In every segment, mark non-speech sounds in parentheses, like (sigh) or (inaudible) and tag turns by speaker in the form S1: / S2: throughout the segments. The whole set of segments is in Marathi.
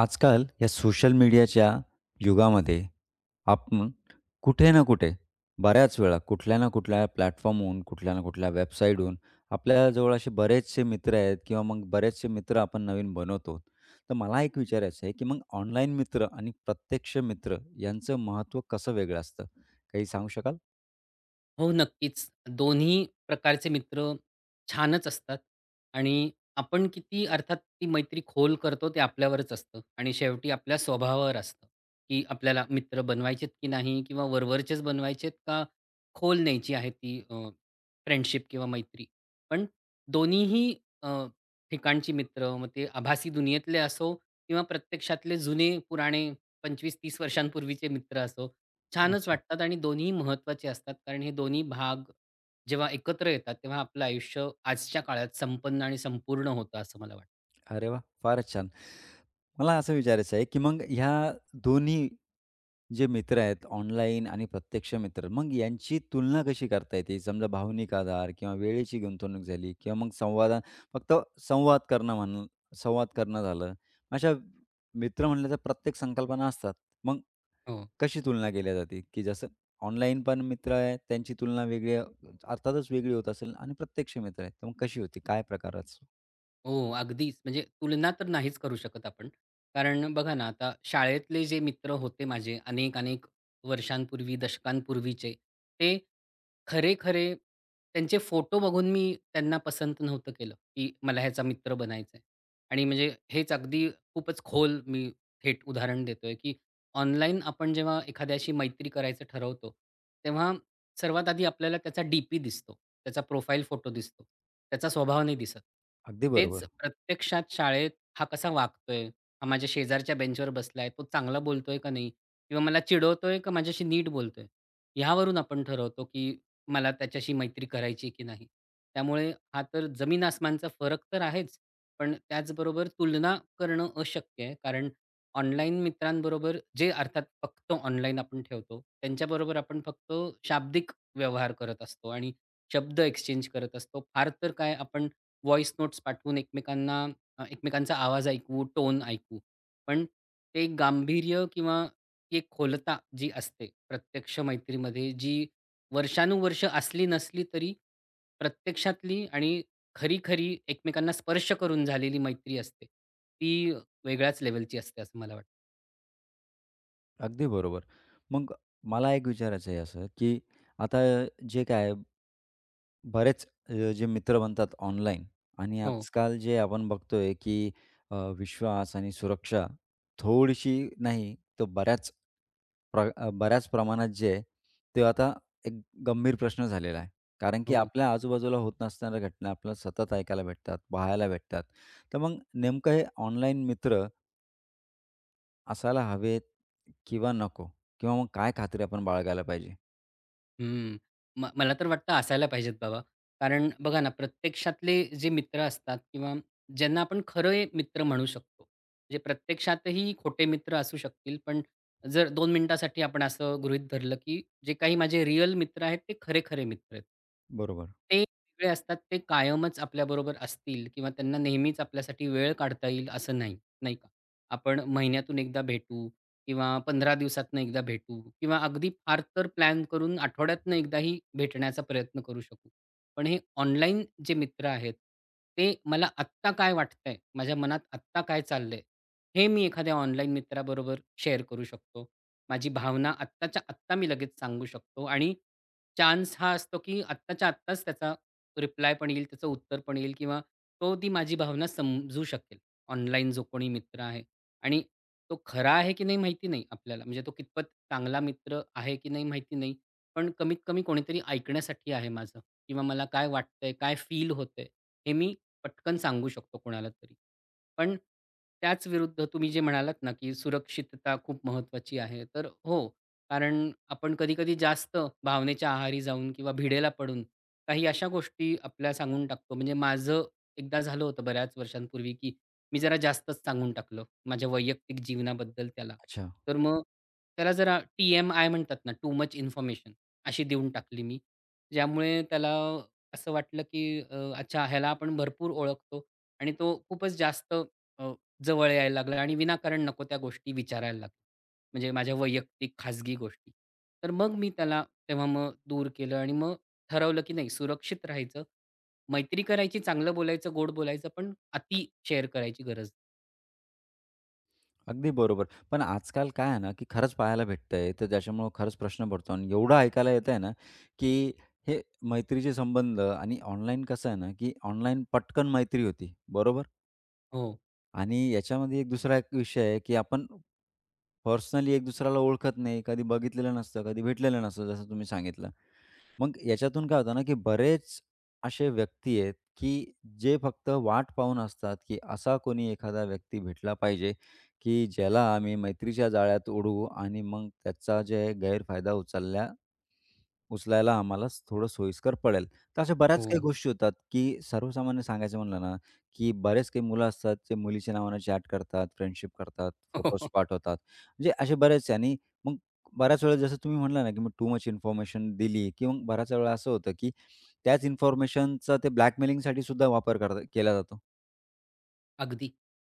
S1: आजकाल या सोशल मीडियाच्या युगामध्ये आपण कुठे ना कुठे बऱ्याच वेळा कुठल्या ना कुठल्या प्लॅटफॉर्महून, कुठल्या ना कुठल्या वेबसाईटहून आपल्याजवळ असे बरेचसे मित्र आहेत किंवा मग बरेचसे मित्र आपण नवीन बनवतो. तर मला एक विचारायचं आहे, की मग ऑनलाईन मित्र आणि प्रत्यक्ष मित्र यांचं महत्त्व कसं वेगळं असतं? काही सांगू शकाल?
S2: हो, नक्कीच. दोन्ही प्रकारचे मित्र छानच असतात आणि आपण किती अर्थात ती मैत्री खोल करतो ते आपल्यावरच असतं आणि शेवटी आपल्या स्वभावावर असतं, की आपल्याला मित्र बनवायचेत की नाही किंवा वरवरचेच बनवायचेत का खोल न्यायची आहे ती फ्रेंडशिप किंवा मैत्री. पण दोन्हीही अ, ठिकाणची मित्र मग ते आभासी दुनियेतले असो किंवा प्रत्यक्षातले जुने पुराणे 25-30 वर्षांपूर्वीचे मित्र असो, छानच वाटतात आणि दोन्ही महत्त्वाचे असतात. कारण हे दोन्ही भाग जेव्हा एकत्र येतात, तेव्हा आपलं आयुष्य आजच्या काळात संपन्न आणि संपूर्ण होतं असं मला वाटतं.
S1: अरे वा, फारच छान. मला असं विचारायचं आहे, की मग ह्या दोन्ही जे मित्र आहेत ऑनलाईन आणि प्रत्यक्ष मित्र, मग यांची तुलना कशी करता येते? समजा भावनिक आधार किंवा वेळेची गुंतवणूक झाली किंवा मग फक्त संवाद करणं म्हणून संवाद करणं झालं. अशा मित्र म्हटलं तर प्रत्येक संकल्पना असतात. मग
S2: हो.
S1: कशी तुलना केली जाते? की जसं ऑनलाईन पण मित्र आहे, त्यांची तुलना अर्थातच वेगळी होत असेल आणि प्रत्यक्ष मित्र आहेत. तर मग कशी होती? काय प्रकार असतो?
S2: हो, अगदीच. म्हणजे तुलना तर नाहीच करू शकत आपण. कारण बघा ना, आता शाळेतले जे मित्र होते माझे अनेक-अनेक वर्षांपूर्वी, दशकांपूर्वीचे, ते खरे-खरे त्यांचे फोटो बघून मी त्यांना पसंत नव्हतं केलं, की मला ह्याचा मित्र बनायचा आहे. आणि म्हणजे हेच अगदी खूपच खोल मी थेट उदाहरण देतोय, की ऑनलाईन आपण जेव्हा एखाद्याशी मैत्री करायचं ठरवतो, तेव्हा सर्वात आधी आपल्याला त्याचा डी-पी दिसतो. त्याचा प्रोफाईल फोटो दिसतो. त्याचा स्वभाव नाही दिसत.
S1: अगदी
S2: तेच
S1: बरोबर.
S2: प्रत्यक्षात शाळेत हा कसा वागतोय? हा माझ्या शेजारच्या बेंचवर बसलाय. तो चांगला बोलतोय का नाही? किंवा मला चिडवतोय का माझ्याशी नीट बोलतोय? ह्यावरून आपण ठरवतो, की मला त्याच्याशी मैत्री करायची की नाही. त्यामुळे हा तर जमीन-आसमानचा फरक तर आहेच. पण त्याचबरोबर तुलना करणं अशक्य आहे. कारण ऑनलाईन मित्रांबरोबर जे अर्थात फक्त ऑनलाईन आपण ठेवतो, त्यांच्याबरोबर आपण फक्त शाब्दिक व्यवहार करत असतो आणि शब्द एक्सचेंज करत असतो. फार तर काय आपण व्हॉईस नोट्स पाठवून एकमेकांना एकमेकांचा आवाज ऐकू, टोन ऐकू. पण ते गांभीर्य किंवा ती एक खोलता जी असते प्रत्यक्ष मैत्रीमध्ये, जी वर्षानुवर्ष असली नसली तरी प्रत्यक्षातली आणि खरी-खरी एकमेकांना स्पर्श करून झालेली मैत्री असते. ती वेगळ्याच लेव्हलची असते असं मला वाटतं.
S1: अगदी बरोबर. मग मला एक विचारायचं आहे असं, की आता जे काय बरेच जे मित्र बनतात ऑनलाईन आणि हं.
S2: हो,
S1: आजकाल जे आपण बघतोय, की विश्वास आणि सुरक्षा थोडीशी नाही तर बऱ्याच बऱ्याच प्रमाणात जे आहे, ते आता एक गंभीर प्रश्न झालेला आहे. कारण की
S2: हो.
S1: आपल्या आजूबाजूला होत नसणाऱ्या घटना आपल्याला सतत ऐकायला भेटतात, पाहायला भेटतात. तर मग नेमकं हे ऑनलाईन मित्र असायला हवेत किंवा नको किंवा मग काय खात्री आपण बाळगायला पाहिजे?
S2: हं. मला तर वाटतं असायला पाहिजेत बाबा. कारण बघा ना, प्रत्यक्षातले जे मित्र असतात किंवा ज्यांना आपण खरे मित्र म्हणू शकतो. म्हणजे प्रत्यक्षातही खोटे मित्र असू शकतील, पण जर 2 मिनिटासाठी आपण असं गृहीत धरलं, की जे काही माझे रिअल मित्र आहेत, ते खरे-खरे मित्र आहेत.
S1: बरोबर.
S2: ते वेगळे असतात, ते कायमच आपल्याबरोबर असतील किंवा त्यांना नेहमीच आपल्यासाठी वेळ काढता येईल असं नाही, नाही का? आपण महिन्यातून एकदा भेटू किंवा 15 दिवसातनं एकदा भेटू किंवा अगदी फार तर प्लॅन करून आठवड्यातनं एकदाही भेटण्याचा प्रयत्न करू शकू. पण हे ऑनलाईन जे मित्र आहेत, ते मला आत्ता काय वाटतंय, माझ्या मनात आत्ता काय चाललंय, हे मी एखाद्या ऑनलाईन मित्राबरोबर शेअर करू शकतो. माझी भावना आत्ताच्या आत्ता मी लगेच सांगू शकतो आणि चान्स हा असतो, की आत्ताच्या आत्ताच त्याचा रिप्लाय पण येईल, त्याचं उत्तर पण येईल किंवा तो ती माझी भावना समजू शकेल. ऑनलाईन जो कोणी मित्र आहे. आणि तो खरा आहे की नाही माहिती नाही आपल्याला. म्हणजे तो कितपत चांगला मित्र आहे की नाही माहिती नाही. पण कमीत कमी कोणीतरी ऐकण्यासाठी आहे माझं किंवा मला काय वाटतंय, काय फील होतंय, हे मी पटकन सांगू शकतो कोणाला तरी. पण त्याच विरुद्ध तुम्ही जे म्हणालात ना, की सुरक्षितता खूप महत्त्वाची आहे. तर हो, कारण आपण कधी-कधी जास्त भावनेच्या आहारी जाऊन किंवा भिडेला पडून काही अशा गोष्टी आपल्या सांगून टाकतो. म्हणजे माझं एकदा झालं होतं बऱ्याच वर्षांपूर्वी, की मी जरा जास्तच सांगून टाकलं माझ्या वैयक्तिक जीवनाबद्दल त्याला.
S1: अच्छा.
S2: तर मग त्याला जरा टी-एम-आय म्हणतात ना, टू मच इन्फॉर्मेशन अशी देऊन टाकली मी. ज्यामुळे त्याला असं वाटलं, की अच्छा ह्याला आपण भरपूर ओळखतो आणि तो खूपच जास्त अ, जवळ यायला लागला आणि विनाकारण नको त्या गोष्टी विचारायला लागला. म्हणजे माझ्या वैयक्तिक खाजगी गोष्टी. तर मग मी त्याला तेव्हा मग दूर केलं आणि मग ठरवलं की नाही सुरक्षित राहायचं. मैत्री करायची, चांगलं बोलायचं, गोड बोलायचं, पण अति शेअर करायची गरज
S1: अगदी बरोबर. पण आजकाल काय आहे ना, की खरंच पाहायला भेटतंय, तर ज्याच्यामुळं खरंच प्रश्न पडतो आणि एवढं ऐकायला येतंय ना, की हे मैत्रीचे संबंध आणि ऑनलाईन कसं आहे ना, की ऑनलाईन पटकन मैत्री होती, बरोबर?
S2: हो,
S1: आणि याच्यामध्ये दुसरा एक विषय आहे, की आपण पर्सनली एक दुसऱ्याला ओळखत नाही, कधी बघितलेलं नसतं, कधी भेटलेलं नसतं, जसं तुम्ही सांगितलं. मग याच्यातून काय होतं ना, की बरेच असे व्यक्ती आहेत, की जे फक्त वाट पाहून असतात, की असा कोणी एखादा व्यक्ती भेटला पाहिजे, की ज्याला आम्ही मैत्रीच्या जाळ्यात ओढू आणि मग त्याचा जे आहे गैरफायदा उचलल्या उचलायला आम्हाला थोडं सोयीस्कर पडेल. तर अशा बऱ्याच काही
S2: हो.
S1: गोष्टी होतात, की सर्वसामान्य सांगायचं म्हणलं ना, की बरेच काही मुलं असतात, जे मुलीच्या नावानं चॅट करतात, फ्रेंडशिप करतात, फोटोज
S2: (laughs)
S1: पाठवतात. म्हणजे असे बरेच आणि मग बऱ्याच वेळा जसं तुम्ही म्हटला ना, की मग टू मच इन्फॉर्मेशन दिली किंवा मग बऱ्याच वेळा असं होतं, की त्याच इन्फॉर्मेशनचा ते ब्लॅकमेलिंगसाठी सुद्धा वापर केला जातो.
S2: अगदी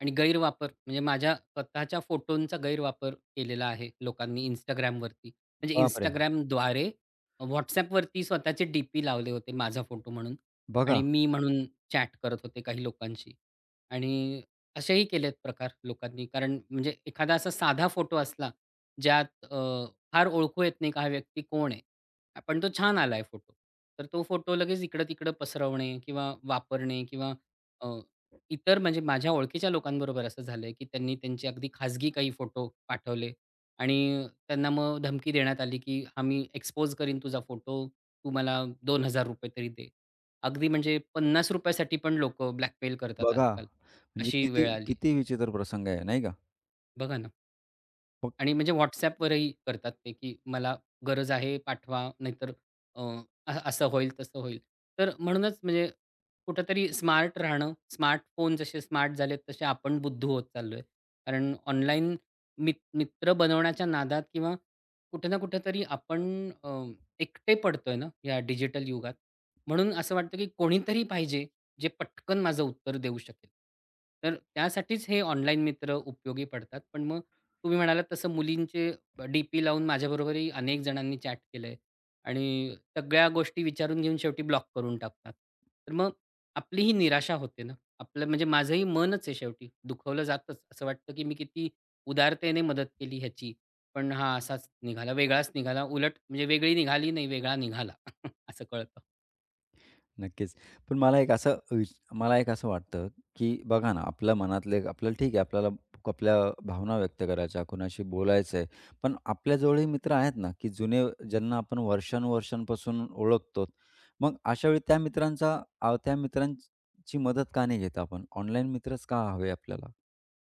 S2: आणि गैरवापर म्हणजे माझ्या स्वतःच्या फोटोंचा गैरवापर केलेला आहे लोकांनी Instagramवरती. म्हणजे
S1: बापरे!
S2: Instagramद्वारे WhatsAppवरती स्वतःचे डी-पी लावले होते माझा फोटो म्हणून
S1: बघा,
S2: आणि मी म्हणून चॅट करत होते काही लोकांशी आणि असेही केलेत प्रकार लोकांनी. कारण म्हणजे एखादा असा साधा फोटो असला ज्यात फार ओळखू येत नाही का हा व्यक्ती कोण आहे? पण तो छान आलाय फोटो. तर तो फोटो लगेच इकडं-तिकडं पसरवणे किंवा वापरणे किंवा इतर म्हणजे माझ्या ओळखीच्या लोकांबरोबर असं झालंय, की त्यांनी त्यांचे अगदी खाजगी काही फोटो पाठवले आणि त्यांना मग धमकी देण्यात आली, की "आम्ही एक्सपोज करीन तुझा फोटो, तू मला ₹2000 तरी दे." अगदी म्हणजे ₹50 साठी पण लोकं ब्लॅकमेल करतात
S1: बघा.
S2: आजकाल.
S1: म्हणजे
S2: अशी
S1: किती
S2: वेळ आली
S1: किती विचित्र प्रसंग आहे, नाही का?
S2: बघा ना.
S1: मग
S2: आणि म्हणजे WhatsAppवरही करतात ते, की मला गरज आहे पाठवा, नाहीतर अ, अ असं होईल, तसं होईल. तर म्हणूनच म्हणजे कुठेतरी स्मार्ट राहणं, स्मार्टफोन जसे स्मार्ट झालेत, तसे आपण बुद्धू होत चाललोय. कारण ऑनलाईन मित्र बनवण्याच्या नादात किंवा कुठे ना कुठेतरी आपण अ, एकटे पडतोय ना, या डिजिटल युगात. म्हणून असं वाटतं, की कोणीतरी पाहिजे, जे पटकन माझं उत्तर देऊ शकेल. तर त्यासाठीच हे ऑनलाईन मित्र उपयोगी पडतात. पण मग तुम्ही म्हणालात तसं मुलींचे डी-पी लावून माझ्याबरोबरही अनेक जणांनी चॅट केलंय आणि सगळ्या गोष्टी विचारून घेऊन शेवटी ब्लॉक करून टाकतात. तर मग आपली ही निराशा होते ना. आपलं म्हणजे माझंही मनच आहे शेवटी दुखवलं जातंच. असं वाटतं की मी किती उदारतेने मदत केली ह्याची. पण हा असाच निघाला, वेगळाच निघाला. उलट म्हणजे वेगळी निघाली नाही, वेगळा निघाला (laughs) असं कळतं.
S1: नक्कीच. पण मला एक असं वाटतं, की बघा ना, आपल्या मनातले आपल्याला ठीक आहे, आपल्याला आपल्या भावना व्यक्त करायच्या, कुणाशी बोलायचं आहे. पण आपल्याजवळही मित्र आहेत ना, की जुने ज्यांना आपण वर्षानुवर्षांपासून ओळखतो. मग अशा वेळी त्या मित्रांची मदत का नाही घेत आपण? ऑनलाईन मित्रच का हवे आपल्याला?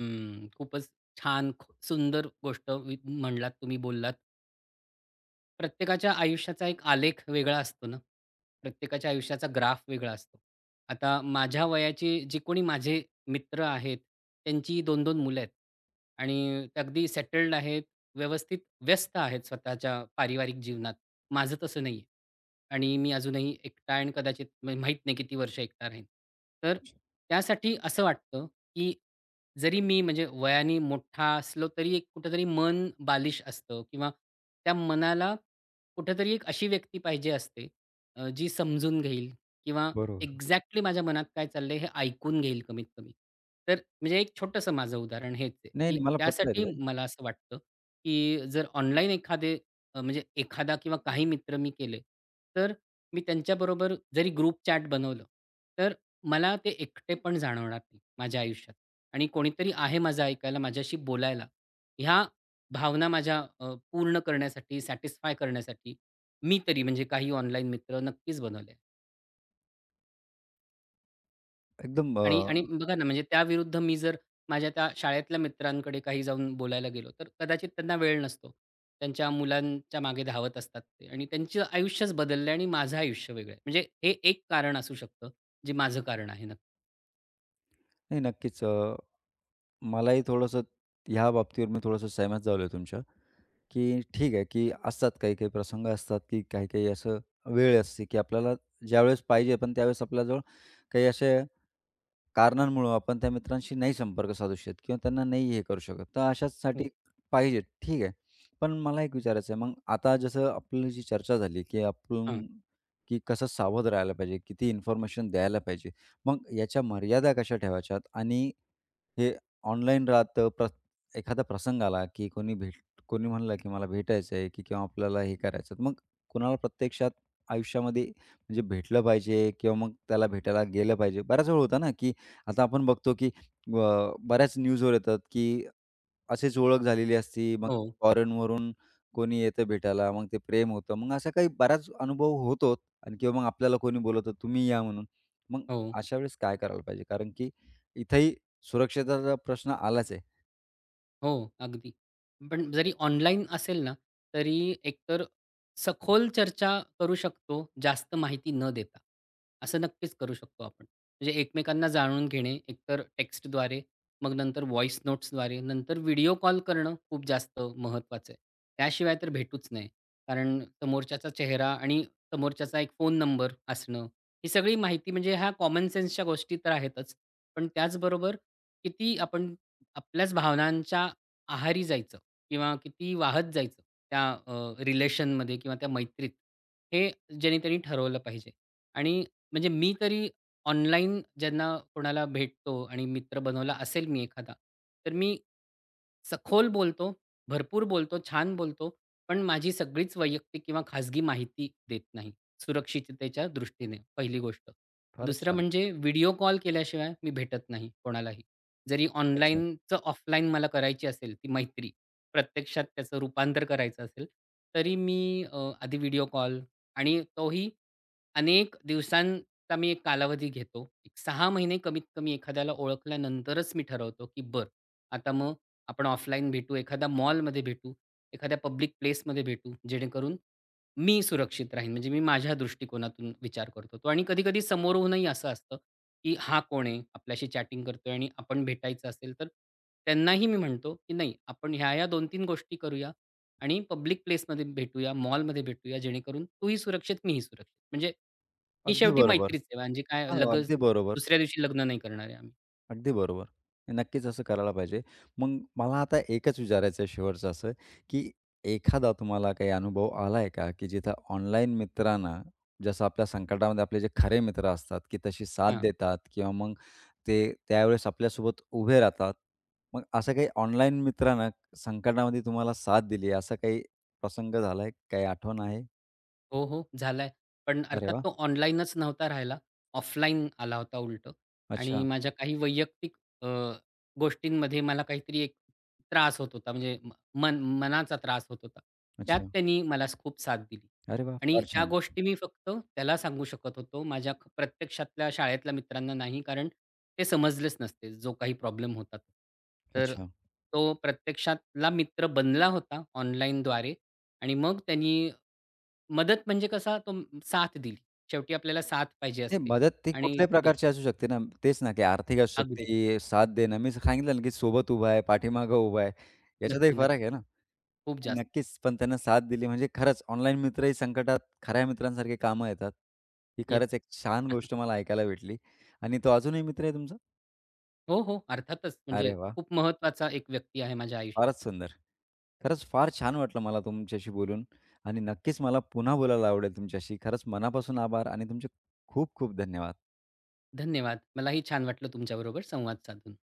S2: हं, खूपच छान, सुंदर गोष्ट म्हणलात तुम्ही बोललात. प्रत्येकाच्या आयुष्याचा एक आलेख वेगळा असतो ना. प्रत्येकाच्या आयुष्याचा ग्राफ वेगळा असतो. आता माझ्या वयाचे जे कोणी माझे मित्र आहेत, त्यांची 2-2 मुलं आहेत आणि ते अगदी सेटल्ड आहेत, व्यवस्थित व्यस्त आहेत स्वतःच्या पारिवारिक जीवनात. माझं तसं नाही आणि मी अजूनही एकटा आहे आणि कदाचित म्हणजे माहीत नाही किती वर्ष एकटा राहीन. तर त्यासाठी असं वाटतं, की जरी मी म्हणजे वयाने मोठा असलो तरी एक कुठेतरी मन बालिश असतं किंवा त्या मनाला कुठेतरी एक अशी व्यक्ती पाहिजे असते जी समजून घेईल किंवा
S1: बरोबर.
S2: एक्झॅक्टली माझ्या मनात काय चाललंय हे ऐकून घेईल कमीत कमी. तर म्हणजे एक छोटंसं माझं उदाहरण हेच आहे,
S1: नाही,
S2: की
S1: नाही. मला पटतंय
S2: त्यासाठी
S1: ते.
S2: मला असं वाटतं, की जर ऑनलाईन म्हणजे एखादा किंवा काही मित्र मी केले, तर मी त्यांच्याबरोबर जरी ग्रुप चॅट बनवलं, तर मला ते एकटेपण जाणवणार नाही माझ्या आयुष्यात. आणि कोणीतरी आहे माझं ऐकायला, माझ्याशी बोलायला. ह्या भावना माझ्या पूर्ण करण्यासाठी, सॅटिस्फाय करण्यासाठी मी तरी म्हणजे काही ऑनलाईन मित्र नक्कीच बनवले.
S1: एकदम
S2: आणि आणि बघा ना, म्हणजे त्याविरुद्ध मी जर माझ्या त्या शाळेतल्या मित्रांकडे काही जाऊन बोलायला गेलो, तर कदाचित त्यांना वेळ नसतो. त्यांच्या मुलांच्या मागे धावत असतात ते आणि त्यांचं आयुष्यच बदललं आणि माझं आयुष्य वेगळं आहे. म्हणजे हे एक कारण असू शकतं, जे माझं कारण आहे नक्की.
S1: नाही नक्कीच. मलाही थोडंसं ह्या बाबतीवर मी थोडंसं सहमत झालोय तुमच्या. की ठीक आहे, की असतात काही-काही प्रसंग असतात, की काही-काही असं वेळ असते, की आपल्याला ज्यावेळेस पाहिजे, पण त्यावेळेस आपल्याजवळ काही असे कारणांमुळं आपण त्या मित्रांशी नाही संपर्क साधू शकत किंवा त्यांना नाही हे करू शकत. तर
S2: हो.
S1: अशाचसाठी पाहिजे, ठीक आहे. पण मला एक विचारायचं आहे, मग आता जसं आपली जी चर्चा झाली, की
S2: हां.
S1: आपण की कसं सावध राहायला पाहिजे, किती इन्फॉर्मेशन द्यायला पाहिजे. मग याच्या मर्यादा कशा ठेवायच्यात आणि हे ऑनलाईन राहतं, एखादा प्रसंग आला, की कोणी म्हणलं, की मला भेटायचं आहे, की किंवा आपल्याला हे करायचं मग कुणाला प्रत्यक्षात आयुष्यामध्ये म्हणजे भेटलं पाहिजे किंवा मग त्याला भेटायला गेलं पाहिजे. बऱ्याच वेळ होतं ना, की आता आपण बघतो की बऱ्याच न्यूजवर येतात की अशीच ओळख झालेली असती, मग
S2: हो,
S1: फॉरेनवरून कोणी येतं भेटायला, मग ते प्रेम होतं. मग असा काही बराच अनुभव होतो आणि किंवा मग आपल्याला कोणी बोलवतं, "तुम्ही या" म्हणून. मग
S2: हो.
S1: अशा वेळेस काय करायला पाहिजे? कारण की इथंही सुरक्षेचा प्रश्न आलाच आहे.
S2: हो, अगदी. पण जरी ऑनलाईन असेल ना, तरी एकतर सखोल चर्चा करू शकतो, जास्त माहिती न देता. असं नक्कीच करू शकतो आपण. म्हणजे एकमेकांना जाणून घेणे, एकतर टेक्स्टद्वारे, मग नंतर व्हॉईस नोट्सद्वारे, नंतर व्हिडिओ कॉल करणं खूप जास्त महत्त्वाचं आहे. त्याशिवाय तर भेटूच नये. कारण समोरच्याचा चेहरा आणि समोरच्याचा एक फोन नंबर असणं, ही सगळी माहिती म्हणजे ह्या कॉमन सेन्सच्या गोष्टी तर आहेतच. पण त्याचबरोबर किती आपण आपल्याच भावनांच्या आहारी जायचं किंवा किती वाहत जायचं त्या रिलेशनमध्ये किंवा त्या मैत्रीत, हे ज्यानी त्यांनी ठरवलं पाहिजे. आणि म्हणजे मी तरी ऑनलाईन ज्यांना कोणाला भेटतो आणि मित्र बनवला असेल मी एखादा, तर मी सखोल बोलतो, भरपूर बोलतो, छान बोलतो, पण माझी सगळीच वैयक्तिक किंवा खाजगी माहिती देत नाही, सुरक्षिततेच्या दृष्टीने पहिली गोष्ट.
S1: फारच
S2: दुसरं
S1: छान.
S2: म्हणजे व्हिडिओ कॉल केल्याशिवाय मी भेटत नाही कोणालाही. जरी
S1: अच्छा.
S2: ऑनलाईनचं ऑफलाईन मला करायची असेल ती मैत्री, प्रत्यक्षात त्याचं रूपांतर करायचं असेल, तरी मी आधी व्हिडिओ कॉल आणि तोही अनेक दिवसांचा मी एक कालावधी घेतो. 6 महिने कमीत कमी एखाद्याला ओळखल्यानंतरच मी ठरवतो, की बरं आता मग आपण ऑफलाईन भेटू, एखाद्या मॉलमध्ये भेटू, एखाद्या पब्लिक प्लेसमध्ये भेटू, जेणेकरून मी सुरक्षित राहीन. म्हणजे मी माझ्या दृष्टिकोनातून विचार करतो तो आणि कधी-कधी समोरूनही असं असतं, की हा कोण आहे? आपल्याशी चॅटिंग करतोय आणि आपण भेटायचं असेल तर त्यांनाही मी म्हणतो, की नाही आपण ह्या-ह्या 2-3 गोष्टी करूया आणि पब्लिक प्लेसमध्ये भेटूया, मॉलमध्ये भेटूया जेणेकरून तूही सुरक्षित, मीही सुरक्षित. म्हणजे ही
S1: अगदी
S2: शेवटी
S1: बरोबर.
S2: मैत्रीच आहे म्हणजे काय
S1: हां,
S2: लगेच
S1: अगदी बरोबर.
S2: दुसऱ्या दिवशी लग्न नाही करणार आहे आम्ही.
S1: अगदी बरोबर. नक्कीच असं करायला पाहिजे. मग मला आता एकच विचारायचं आहे शेवटचं असं, की एखादा तुम्हाला काही अनुभव आलाय का, की जिथं ऑनलाईन मित्रांना जसं आपल्या संकटामध्ये आपले जे खरे मित्र असतात, की तशी साथ
S2: हां.
S1: देतात किंवा मग ते त्यावेळेस आपल्यासोबत उभे राहतात. मग असं काही ऑनलाईन मित्रानं संकटामध्ये तुम्हाला साथ दिली आहे, असा काही प्रसंग झालाय? काही आठवण आहे?
S2: हो, हो, झालाय. पण
S1: अरे
S2: अर्थात
S1: वाह!
S2: तो ऑनलाईनच नव्हता राहिला. ऑफलाईन आला होता उलटं आणि
S1: अच्छा,
S2: माझ्या काही वैयक्तिक अ, गोष्टींमध्ये मला काहीतरी एक त्रास होत होता. म्हणजे मन मनाचा त्रास होत होता. त्यात
S1: अच्छा.
S2: त्यांनी मला खूप साथ दिली
S1: अरे वाह!
S2: आणि
S1: फार
S2: त्या
S1: छान.
S2: गोष्टी मी फक्त त्याला सांगू शकत होतो. माझ्या प्रत्यक्षातल्या शाळेतल्या मित्रांना नाही. कारण ते समजलेच नसते, जो काही प्रॉब्लेम होता तो. तर
S1: अच्छा.
S2: तो प्रत्यक्षातला मित्र बनला होता ऑनलाईनद्वारे, आणि मग त्यांनी मदत म्हणजे कसा तो साथ दिली. शेवटी आपल्याला साथ पाहिजे
S1: ते
S2: असते
S1: मदत ती
S2: आणि
S1: कुठल्याही
S2: ती दिली.
S1: प्रकारची असू शकते ना. तेच ना, की आर्थिक असू
S2: अगदी.
S1: शकते, साथ देणं. मी सांगितलं ना, की सोबत उभा आहे, पाठीमागं उभा आहे. याच्यातही
S2: नक्की,
S1: फरक
S2: नक्की.
S1: आहे ना.
S2: खूप जास्त
S1: नक्कीच, पण त्यांना साथ दिली म्हणजे खरंच ऑनलाईन मित्रही संकटात खऱ्या मित्रांसारखे कामं येतात. ही खरंच
S2: येतं.
S1: एक छान
S2: (laughs)
S1: गोष्ट मला ऐकायला भेटली आणि तो अजूनही मित्र आहे तुमचा?
S2: हो, हो. अर्थातच म्हणजे
S1: अरे वाह!
S2: खूप महत्वाचा एक व्यक्ती आहे माझ्या
S1: फारच
S2: आयुष्यातला.
S1: सुंदर. खरंच फार छान वाटलं मला तुमच्याशी बोलून आणि नक्कीच मला पुन्हा बोलायला आवडेल तुमच्याशी. खरंच मनापासून आभार आणि तुमचे खूप खूप धन्यवाद.
S2: धन्यवाद. मलाही छान वाटलं तुमच्याबरोबर संवाद साधून.